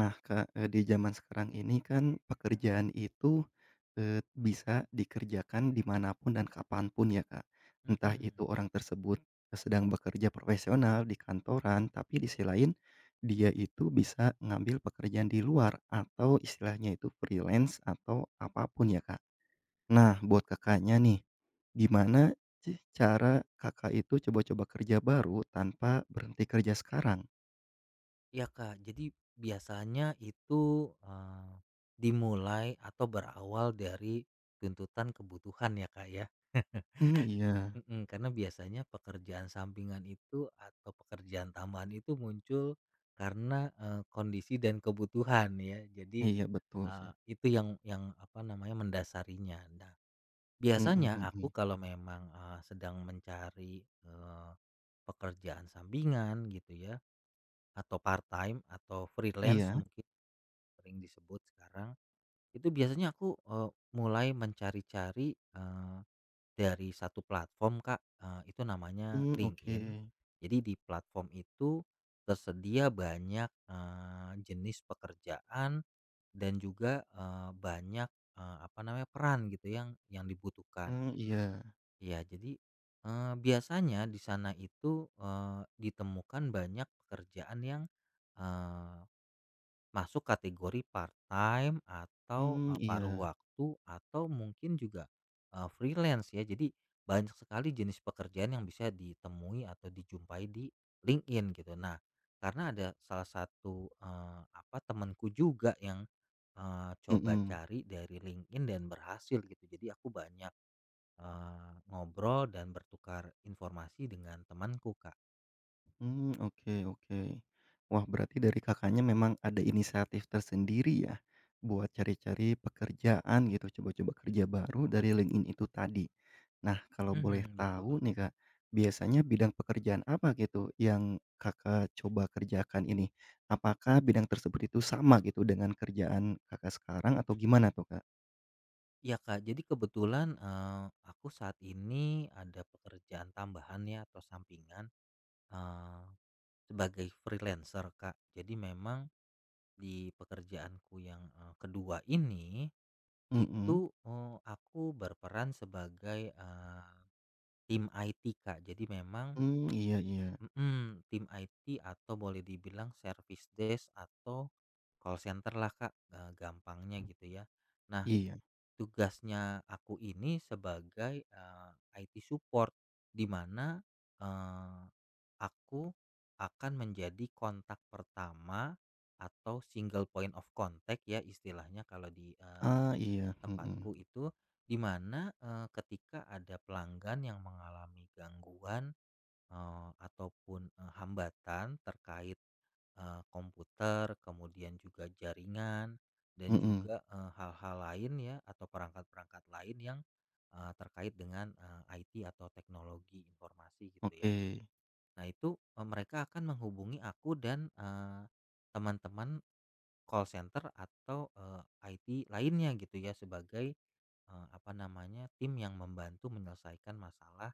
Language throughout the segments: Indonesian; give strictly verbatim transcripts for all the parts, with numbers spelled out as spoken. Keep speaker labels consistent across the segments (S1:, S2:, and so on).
S1: Nah, Kak, eee, di zaman sekarang ini kan pekerjaan itu, eee, bisa dikerjakan dimanapun dan kapanpun ya, Kak. Entah itu
S2: Mhm.
S1: orang tersebut sedang bekerja profesional di kantoran, tapi di sisi lain dia itu bisa ngambil pekerjaan di luar atau istilahnya itu freelance atau apapun ya, Kak. Nah, buat Kakaknya nih, gimana sih cara Kakak itu coba-coba kerja baru tanpa berhenti kerja sekarang?
S2: Ya Kak. Jadi biasanya itu, eee, dimulai atau berawal dari tuntutan kebutuhan ya, Kak, ya?
S1: Mmm, iya.
S2: Mhm, karena biasanya pekerjaan sampingan itu atau pekerjaan tambahan itu muncul karena, eee, kondisi dan kebutuhan ya. Jadi,
S1: Iya, betul
S2: eee,
S1: sih.
S2: itu yang yang apa namanya, mendasarinya. Nah,
S1: Mhm
S2: biasanya aku
S1: mhm.
S2: kalau memang, eee, sedang mencari, eee, pekerjaan sampingan gitu ya. Atau part-time atau freelance
S1: Iya?
S2: mungkin sering disebut sekarang, itu biasanya aku, eee, mulai mencari-cari, eee, dari satu platform Kak, eee, itu namanya
S1: Mmm, oke.
S2: LinkedIn. Jadi di platform itu tersedia banyak, eee, jenis pekerjaan dan juga, eee, banyak, eee, apa namanya, peran gitu yang yang dibutuhkan.
S1: Mmm, iya.
S2: Ya jadi, eee, biasanya di sana itu, eee, ditemukan banyak pekerjaan yang masuk kategori part-time atau,
S1: Mmm,
S2: eee, paruh
S1: iya.
S2: waktu atau mungkin juga, eee, freelance ya. Jadi banyak sekali jenis pekerjaan yang bisa ditemui atau dijumpai di LinkedIn gitu. Nah, karena ada salah satu, eee, apa, temanku juga yang, eee, coba
S1: Mhm.
S2: cari dari LinkedIn dan berhasil gitu. Jadi aku banyak, eee, ngobrol dan bertukar informasi dengan temanku, Kak.
S1: Mmm, oke oke. Wah, berarti dari Kakaknya memang ada inisiatif tersendiri ya, buat cari-cari pekerjaan gitu, coba-coba kerja baru dari LinkedIn itu tadi. Nah, kalau boleh
S2: Mhm,
S1: tahu
S2: betul.
S1: nih, Kak, biasanya bidang pekerjaan apa gitu yang Kakak coba kerjakan ini? Apakah bidang tersebut itu sama gitu dengan kerjaan Kakak sekarang atau gimana tuh, Kak?
S2: Iya Kak, jadi kebetulan, eee, aku saat ini ada pekerjaan tambahan ya atau sampingan, eee, sebagai freelancer Kak. Jadi memang di pekerjaanku yang, eee, kedua ini, itu,
S1: Mhm.
S2: eee, aku berperan sebagai, eee, tim I T Kak. Jadi memang
S1: Mmm, iya iya.
S2: mhm, tim I T atau boleh dibilang service desk atau call center lah Kak, eee, gampangnya gitu ya. Nah,
S1: Iya.
S2: tugasnya aku ini sebagai, eee, I T support di mana, eee, aku akan menjadi kontak pertama atau single point of contact ya istilahnya kalau di, eee,
S1: Ah, iya,
S2: tempatku
S1: mhm,
S2: itu, di mana, eee, ketika ada pelanggan yang mengalami gangguan eee, ataupun, eee, hambatan terkait, eee, komputer, kemudian juga jaringan, dan
S1: mhm,
S2: juga, eee, hal-hal lain ya atau perangkat-perangkat lain yang, eee, terkait dengan, eee, I T atau teknologi informasi gitu
S1: oke.
S2: ya. Nah itu, eee, mereka akan menghubungi aku dan, eee, teman-teman call center atau, eee, I T lainnya gitu ya sebagai, eee, apa namanya, tim yang membantu menyelesaikan masalah,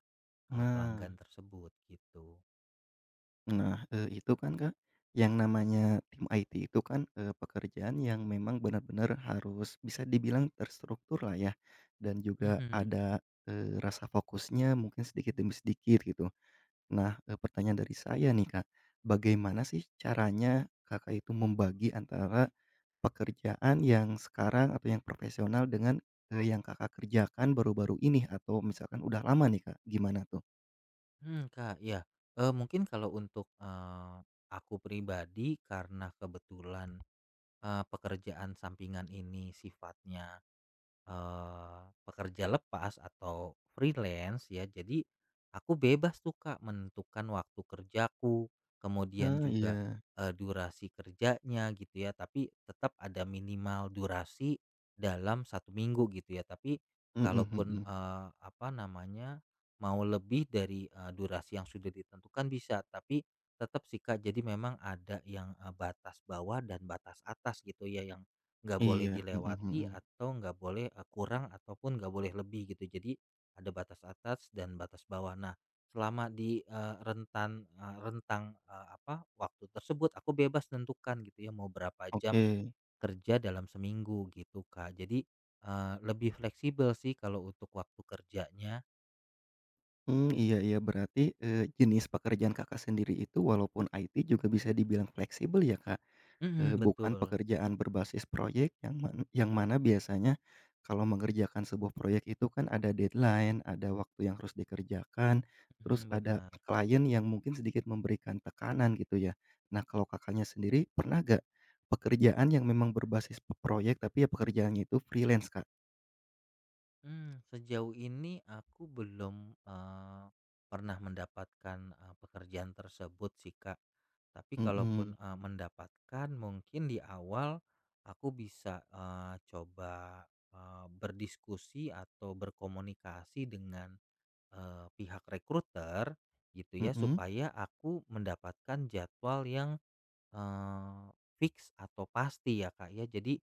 S2: eee, pelanggan
S1: Nah
S2: tersebut gitu.
S1: nah, eee, itu kan, Kak, yang namanya tim I T itu kan, eee, pekerjaan yang memang benar-benar harus bisa dibilang terstruktur lah ya, dan juga
S2: Mhm,
S1: ada, eee, rasa fokusnya mungkin sedikit demi sedikit gitu. Nah, eee, pertanyaan dari saya nih, Kak, bagaimana sih caranya Kakak itu membagi antara pekerjaan yang sekarang atau yang profesional dengan, eee, yang Kakak kerjakan baru-baru ini atau misalkan udah lama nih, Kak? Gimana tuh?
S2: mhm, Kak, ya, eee, mungkin kalau untuk, eee, aku pribadi karena kebetulan, eee, pekerjaan sampingan ini sifatnya Eee, pekerja lepas atau freelance ya, jadi aku bebas tuh Kak menentukan waktu kerjaku, kemudian
S1: Ah,
S2: juga,
S1: iya.
S2: eee, durasi kerjanya gitu ya, tapi tetap ada minimal durasi dalam satu minggu gitu ya. Tapi
S1: Mhm
S2: kalaupun,
S1: mhm.
S2: eee, apa namanya, mau lebih dari, eee, durasi yang sudah ditentukan bisa, tapi tetap sih Kak, jadi memang ada yang, eee, batas bawah dan batas atas gitu ya yang nggak boleh
S1: Iya, mhm
S2: dilewati
S1: mhm.
S2: atau nggak boleh eh, kurang ataupun nggak boleh lebih gitu. Jadi ada batas atas dan batas bawah. Nah, selama di eh, rentan eh, rentang eh, apa waktu tersebut aku bebas tentukan gitu ya mau berapa jam
S1: Oke.
S2: kerja dalam seminggu gitu Kak. Jadi eh, lebih fleksibel sih kalau untuk waktu kerjanya.
S1: Mmm, iya iya berarti, eee, jenis pekerjaan Kakak sendiri itu walaupun I T juga bisa dibilang fleksibel ya, Kak?
S2: Mm,
S1: Eee, bukan
S2: betul.
S1: pekerjaan berbasis proyek yang man yang mana biasanya kalau mengerjakan sebuah proyek itu kan ada deadline, ada waktu yang harus dikerjakan, terus
S2: Mm,
S1: ada
S2: benar.
S1: klien yang mungkin sedikit memberikan tekanan gitu ya. Nah kalau Kakaknya sendiri pernah gak pekerjaan yang memang berbasis pe proyek tapi ya pekerjaannya itu freelance, Kak?
S2: Mmm, sejauh ini aku belum, eee, pernah mendapatkan, eee, pekerjaan tersebut sih, Kak. Tapi kalaupun,
S1: Mhm,
S2: eee, mendapatkan mungkin di awal aku bisa, eee, coba, eee, berdiskusi atau berkomunikasi dengan, eee, pihak rekruter gitu ya,
S1: mhm,
S2: supaya aku mendapatkan jadwal yang Eee, fix atau pasti ya, Kak, ya. Jadi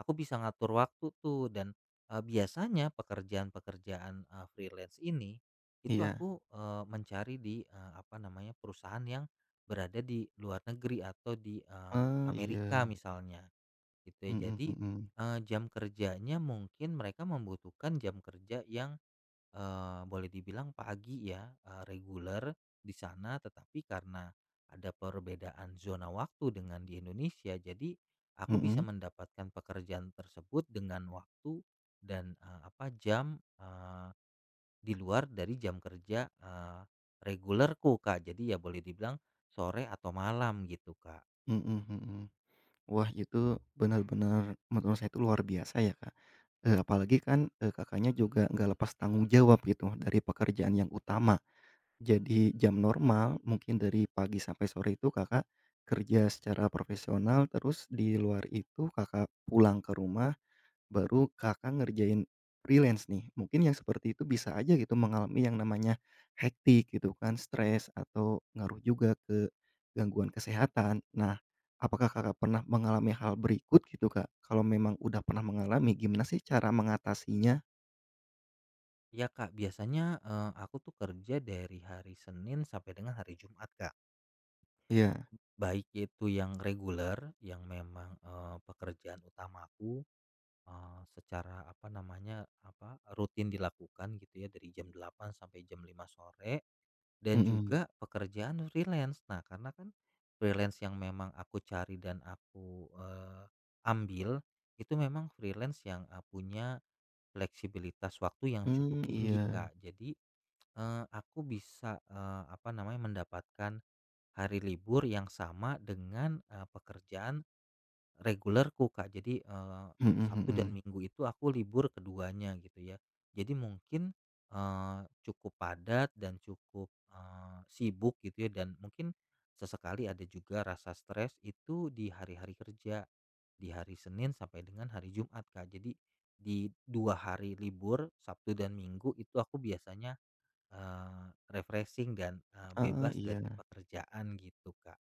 S2: aku bisa ngatur waktu tuh dan, eee, biasanya pekerjaan-pekerjaan, eee, freelance ini itu
S1: iya.
S2: aku, eee, mencari di, eee, apa namanya, perusahaan yang berada di luar negeri atau di, eee,
S1: Oh
S2: Amerika
S1: iya,
S2: misalnya gitu
S1: mhm
S2: ya. Jadi,
S1: mhm, mhm.
S2: eee, jam kerjanya mungkin mereka membutuhkan jam kerja yang Eee, boleh dibilang pagi ya, eee, reguler di sana, tetapi karena ada perbedaan zona waktu dengan di Indonesia, jadi aku bisa
S1: Mhm,
S2: mendapatkan pekerjaan tersebut dengan waktu dan, eee, apa, jam, eee, di luar dari jam kerja, eee, regulerku, Kak. Jadi ya boleh dibilang sore atau malam gitu, Kak.
S1: mhm mhm. Wah, itu benar-benar menurut saya itu luar biasa ya, Kak. Eee, apalagi kan, eee, Kakaknya juga nggak lepas tanggung jawab gitu dari pekerjaan yang utama. Jadi jam normal mungkin dari pagi sampai sore itu Kakak kerja secara profesional, terus di luar itu Kakak pulang ke rumah. Baru Kakak ngerjain freelance nih. Mungkin yang seperti itu bisa aja gitu mengalami yang namanya hektik gitu kan, stres atau ngaruh juga ke gangguan kesehatan. Nah, apakah Kakak pernah mengalami hal berikut gitu, Kak? Kalau memang udah pernah mengalami, gimana sih cara mengatasinya?
S2: Ya Kak, biasanya, eee, aku tuh kerja dari hari Senin sampai dengan hari Jumat, Kak.
S1: Iya,
S2: Baik itu yang reguler, yang memang, eee, pekerjaan utamaku, eee, secara apa namanya, apa, rutin dilakukan gitu ya dari jam delapan sampai jam lima sore dan
S1: mhm.
S2: juga pekerjaan freelance. Nah, karena kan freelance yang memang aku cari dan aku, eee, ambil itu memang freelance yang, eee, punya fleksibilitas waktu yang cukup
S1: Mmm,
S2: tinggi,
S1: iya.
S2: Kak. Jadi, eee, aku bisa, eee, apa namanya, mendapatkan hari libur yang sama dengan, eee, pekerjaan regulerku, Kak. Jadi, eee,
S1: Mhm
S2: Sabtu dan
S1: mhm.
S2: Minggu itu aku libur keduanya gitu ya. Jadi mungkin, eee, cukup padat dan cukup, eee, sibuk gitu ya dan mungkin sesekali ada juga rasa stres itu di hari-hari kerja, di hari Senin sampai dengan hari Jumat, Kak. Jadi di dua hari libur, Sabtu dan Minggu itu aku biasanya, eee, refreshing dan, eee,
S1: Ah,
S2: bebas
S1: iya.
S2: dari pekerjaan gitu, Kak.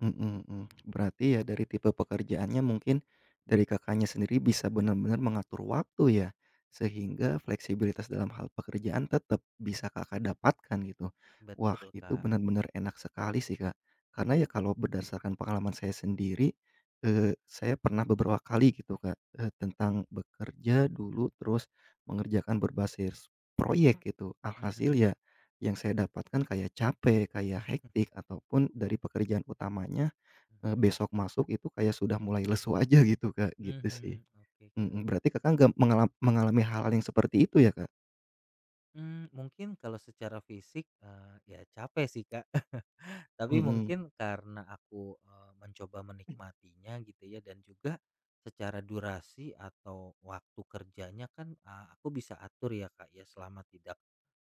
S1: Mhm mhm. Berarti ya dari tipe pekerjaannya mungkin dari Kakaknya sendiri bisa benar-benar mengatur waktu ya, sehingga fleksibilitas dalam hal pekerjaan tetap bisa Kakak dapatkan gitu. Wah
S2: Betul,
S1: itu
S2: Kak.
S1: benar-benar enak sekali sih, Kak. Karena ya kalau berdasarkan pengalaman saya sendiri, eee, saya pernah beberapa kali gitu, Kak, eee, tentang bekerja dulu terus mengerjakan berbasis proyek gitu. Alhasil
S2: Mhm,
S1: ya yang saya dapatkan kayak capek, kayak hektik ataupun dari pekerjaan utamanya. Eee,
S2: mhm,
S1: besok masuk itu kayak sudah mulai lesu aja gitu, Kak, gitu sih.
S2: mhm, oke, Kak.
S1: Mhm, berarti Kakak nggak mengalam mengalami hal-hal yang seperti itu ya, Kak?
S2: Mmm, mungkin kalau secara fisik, eee, ya capek sih, Kak. Tapi
S1: Mhm,
S2: mungkin karena aku, eee, mencoba menikmatinya gitu ya dan juga secara durasi atau waktu kerjanya kan, eee, aku bisa atur ya, Kak, ya selama tidak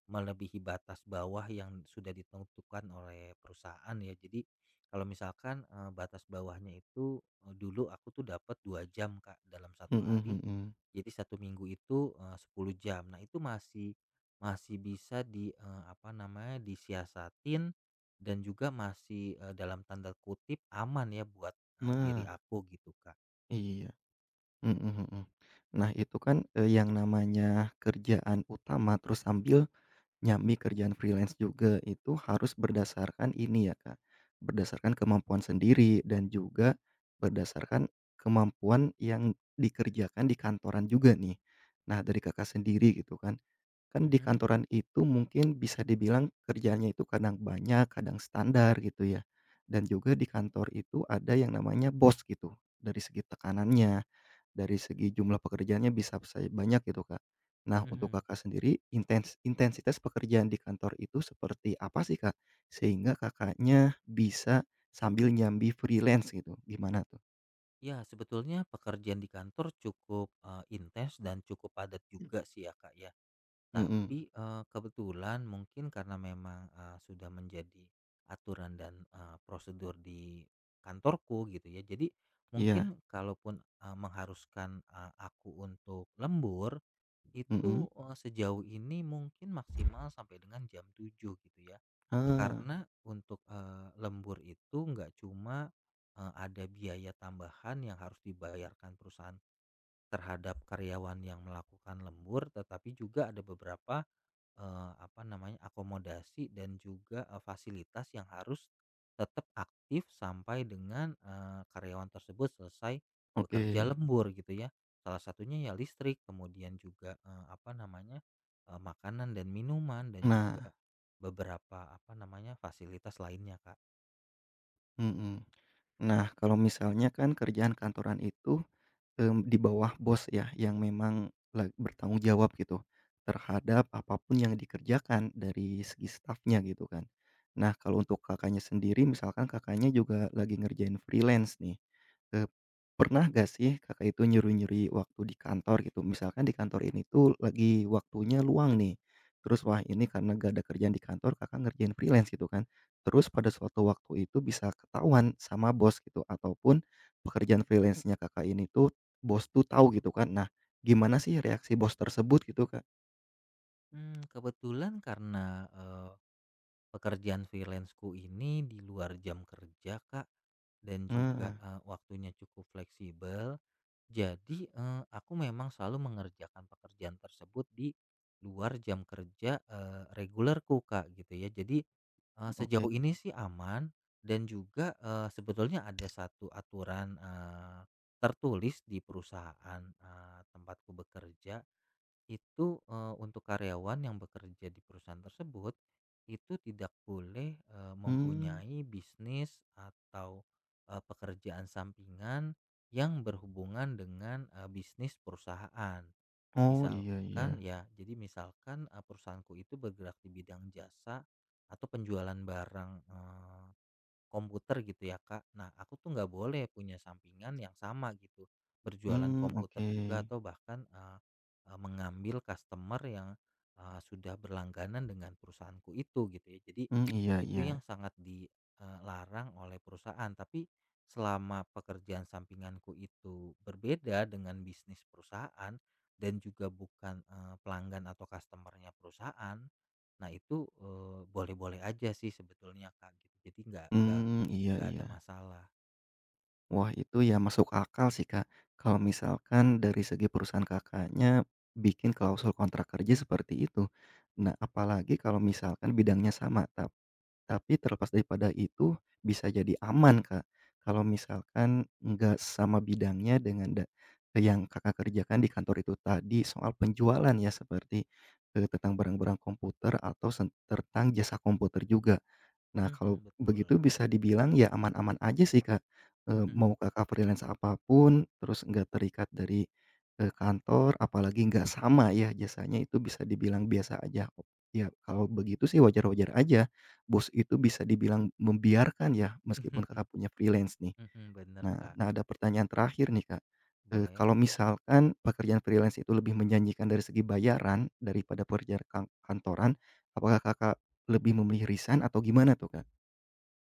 S2: melebihi batas bawah yang sudah ditentukan oleh perusahaan ya. Jadi kalau misalkan, eee, batas bawahnya itu, eee, dulu aku tuh dapat dua jam, Kak, dalam satu
S1: mhm
S2: hari.
S1: mhm.
S2: Jadi satu minggu itu, eee, sepuluh jam. Nah itu masih masih bisa di, eee, apa namanya, disiasatin dan juga masih, eee, dalam tanda kutip "aman" ya buat, eee, diri
S1: Nah,
S2: aku gitu, Kak.
S1: iya, mhm mhm. Nah, itu kan, eee, yang namanya kerjaan utama terus sambil nyambi kerjaan freelance juga itu harus berdasarkan ini ya, Kak, berdasarkan kemampuan sendiri dan juga berdasarkan kemampuan yang dikerjakan di kantoran juga nih. Nah, dari Kakak sendiri gitu kan Kan di
S2: Mhm
S1: kantoran itu mungkin bisa dibilang kerjanya itu kadang banyak, kadang standar gitu ya. Dan juga di kantor itu ada yang namanya bos gitu, dari segi tekanannya, dari segi jumlah pekerjaannya bisa saya banyak gitu, Kak. Nah, untuk
S2: mhm.
S1: Kakak sendiri intens intensitas pekerjaan di kantor itu seperti apa sih, Kak? Sehingga Kakaknya bisa sambil nyambi freelance gitu, gimana tuh?
S2: Ya, sebetulnya pekerjaan di kantor cukup, eee, intens dan cukup padat juga sih ya, Kak, ya.
S1: Mhm,
S2: Tapi, eee, kebetulan mungkin karena memang, eee, sudah menjadi aturan dan, eee, prosedur di kantorku gitu ya. Jadi mungkin
S1: iya,
S2: kalaupun, eee, mengharuskan, eee, aku untuk lembur
S1: mhm,
S2: itu, eee, sejauh ini mungkin maksimal sampai dengan jam tujuh gitu ya.
S1: ah,
S2: Karena untuk, eee, lembur itu nggak cuma, eee, ada biaya tambahan yang harus dibayarkan perusahaan terhadap karyawan yang melakukan lembur, tetapi juga ada beberapa eee, apa namanya, akomodasi dan juga, eee, fasilitas yang harus tetap aktif sampai dengan, eee, karyawan tersebut selesai bekerja
S1: oke.
S2: lembur gitu ya. Salah satunya ya listrik, kemudian juga, eee, apa namanya, eee, makanan dan minuman dan juga
S1: Nah,
S2: beberapa apa namanya, fasilitas lainnya, Kak.
S1: mhm. Nah, kalau misalnya kan kerjaan kantoran itu, Mmm, di bawah bos ya, yang memang la bertanggung jawab gitu, terhadap apapun yang dikerjakan dari segi stafnya gitu kan. Nah kalau untuk Kakaknya sendiri misalkan Kakaknya juga lagi ngerjain freelance nih, eee, pernah nggak sih Kakak itu nyuri-nyuri waktu di kantor gitu? Misalkan di kantor ini tuh lagi waktunya luang nih, terus wah ini karena nggak ada kerjaan di kantor Kakak ngerjain freelance gitu kan, terus pada suatu waktu itu bisa ketahuan sama bos gitu ataupun pekerjaan freelance-nya Kakak ini tuh bos tuh tahu gitu kan. Nah, gimana sih reaksi bos tersebut gitu, Kak?
S2: Mmm, kebetulan karena, eee, pekerjaan freelanceku ini di luar jam kerja, Kak, dan juga,
S1: Nah,
S2: eee, waktunya cukup fleksibel. Jadi, eee, aku memang selalu mengerjakan pekerjaan tersebut di luar jam kerja, eee, regulerku, Kak, gitu ya. Jadi, eee,
S1: oke.
S2: sejauh ini sih aman dan juga, eee, sebetulnya ada satu aturan, eee, tertulis di perusahaan, eee, tempatku bekerja itu, eee, untuk karyawan yang bekerja di perusahaan tersebut, itu tidak boleh, eee,
S1: Mmm,
S2: mempunyai bisnis atau, eee, pekerjaan sampingan yang berhubungan dengan, eee, bisnis perusahaan.
S1: oh iya iya.
S2: Misalkan ya, jadi misalkan, eee, perusahaanku itu bergerak di bidang jasa atau penjualan barang, komputer gitu ya Kak. Nah, aku tuh nggak boleh punya sampingan yang sama gitu, berjualan
S1: Mmm,
S2: komputer
S1: oke.
S2: juga atau bahkan eh, eh, mengambil customer yang eh, sudah berlangganan dengan perusahaanku itu gitu ya. Jadi
S1: Mmm, iya
S2: itu
S1: iya.
S2: yang sangat dilarang oleh perusahaan. Tapi selama pekerjaan sampinganku itu berbeda dengan bisnis perusahaan dan juga bukan eh, pelanggan atau customernya perusahaan, nah itu, eee, boleh-boleh aja sih sebetulnya, Kak, gitu. Jadi nggak nggak
S1: Mmm, iya
S2: nggak ada
S1: iya.
S2: masalah.
S1: Wah, itu ya masuk akal sih, Kak. Kalau misalkan dari segi perusahaan Kakaknya bikin klausul kontrak kerja seperti itu. Nah, apalagi kalau misalkan bidangnya sama, tap Tapi terlepas daripada itu, bisa jadi aman, Kak, kalau misalkan nggak sama bidangnya dengan da yang Kakak kerjakan di kantor itu tadi soal penjualan ya, seperti, eee, tentang barang-barang komputer atau sen tentang jasa komputer juga. Nah, kalau
S2: Mhm, betul.
S1: begitu bisa dibilang ya aman-aman aja sih, Kak. Eee,
S2: Mhm.
S1: mau Kakak freelance apapun terus nggak terikat dari, eee, kantor, apalagi nggak sama ya jasanya, itu bisa dibilang biasa aja. Oh, ya kalau begitu sih wajar-wajar aja, bos itu bisa dibilang membiarkan ya, meskipun Kakak punya freelance nih.
S2: Mhm, bener,
S1: Nah
S2: Kak.
S1: nah ada pertanyaan terakhir nih, Kak. Eee,
S2: Boleh.
S1: kalau misalkan pekerjaan freelance itu lebih menjanjikan dari segi bayaran daripada pekerjaan kan kantoran, apakah Kakak lebih memilih risan atau gimana tuh, Kak?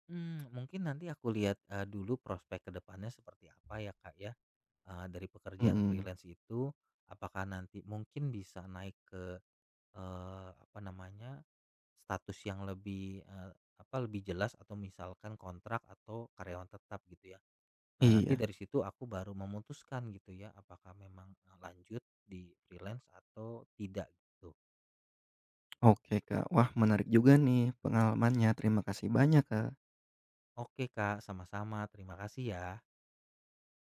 S2: Mmm, mungkin nanti aku lihat, eee, dulu prospek kedepannya seperti apa ya, Kak, ya, eee, dari pekerjaan
S1: Mhm,
S2: freelance itu. Apakah nanti mungkin bisa naik ke, eee, apa namanya, status yang lebih, eee, apa, lebih jelas atau misalkan kontrak atau karyawan tetap gitu ya. Nah, nanti
S1: iya,
S2: dari situ aku baru memutuskan gitu ya, apakah memang, eee, lanjut di freelance atau tidak gitu.
S1: oke, Kak. Wah menarik juga nih pengalamannya, terima kasih banyak, Kak.
S2: Oke Kak, sama-sama terima kasih ya.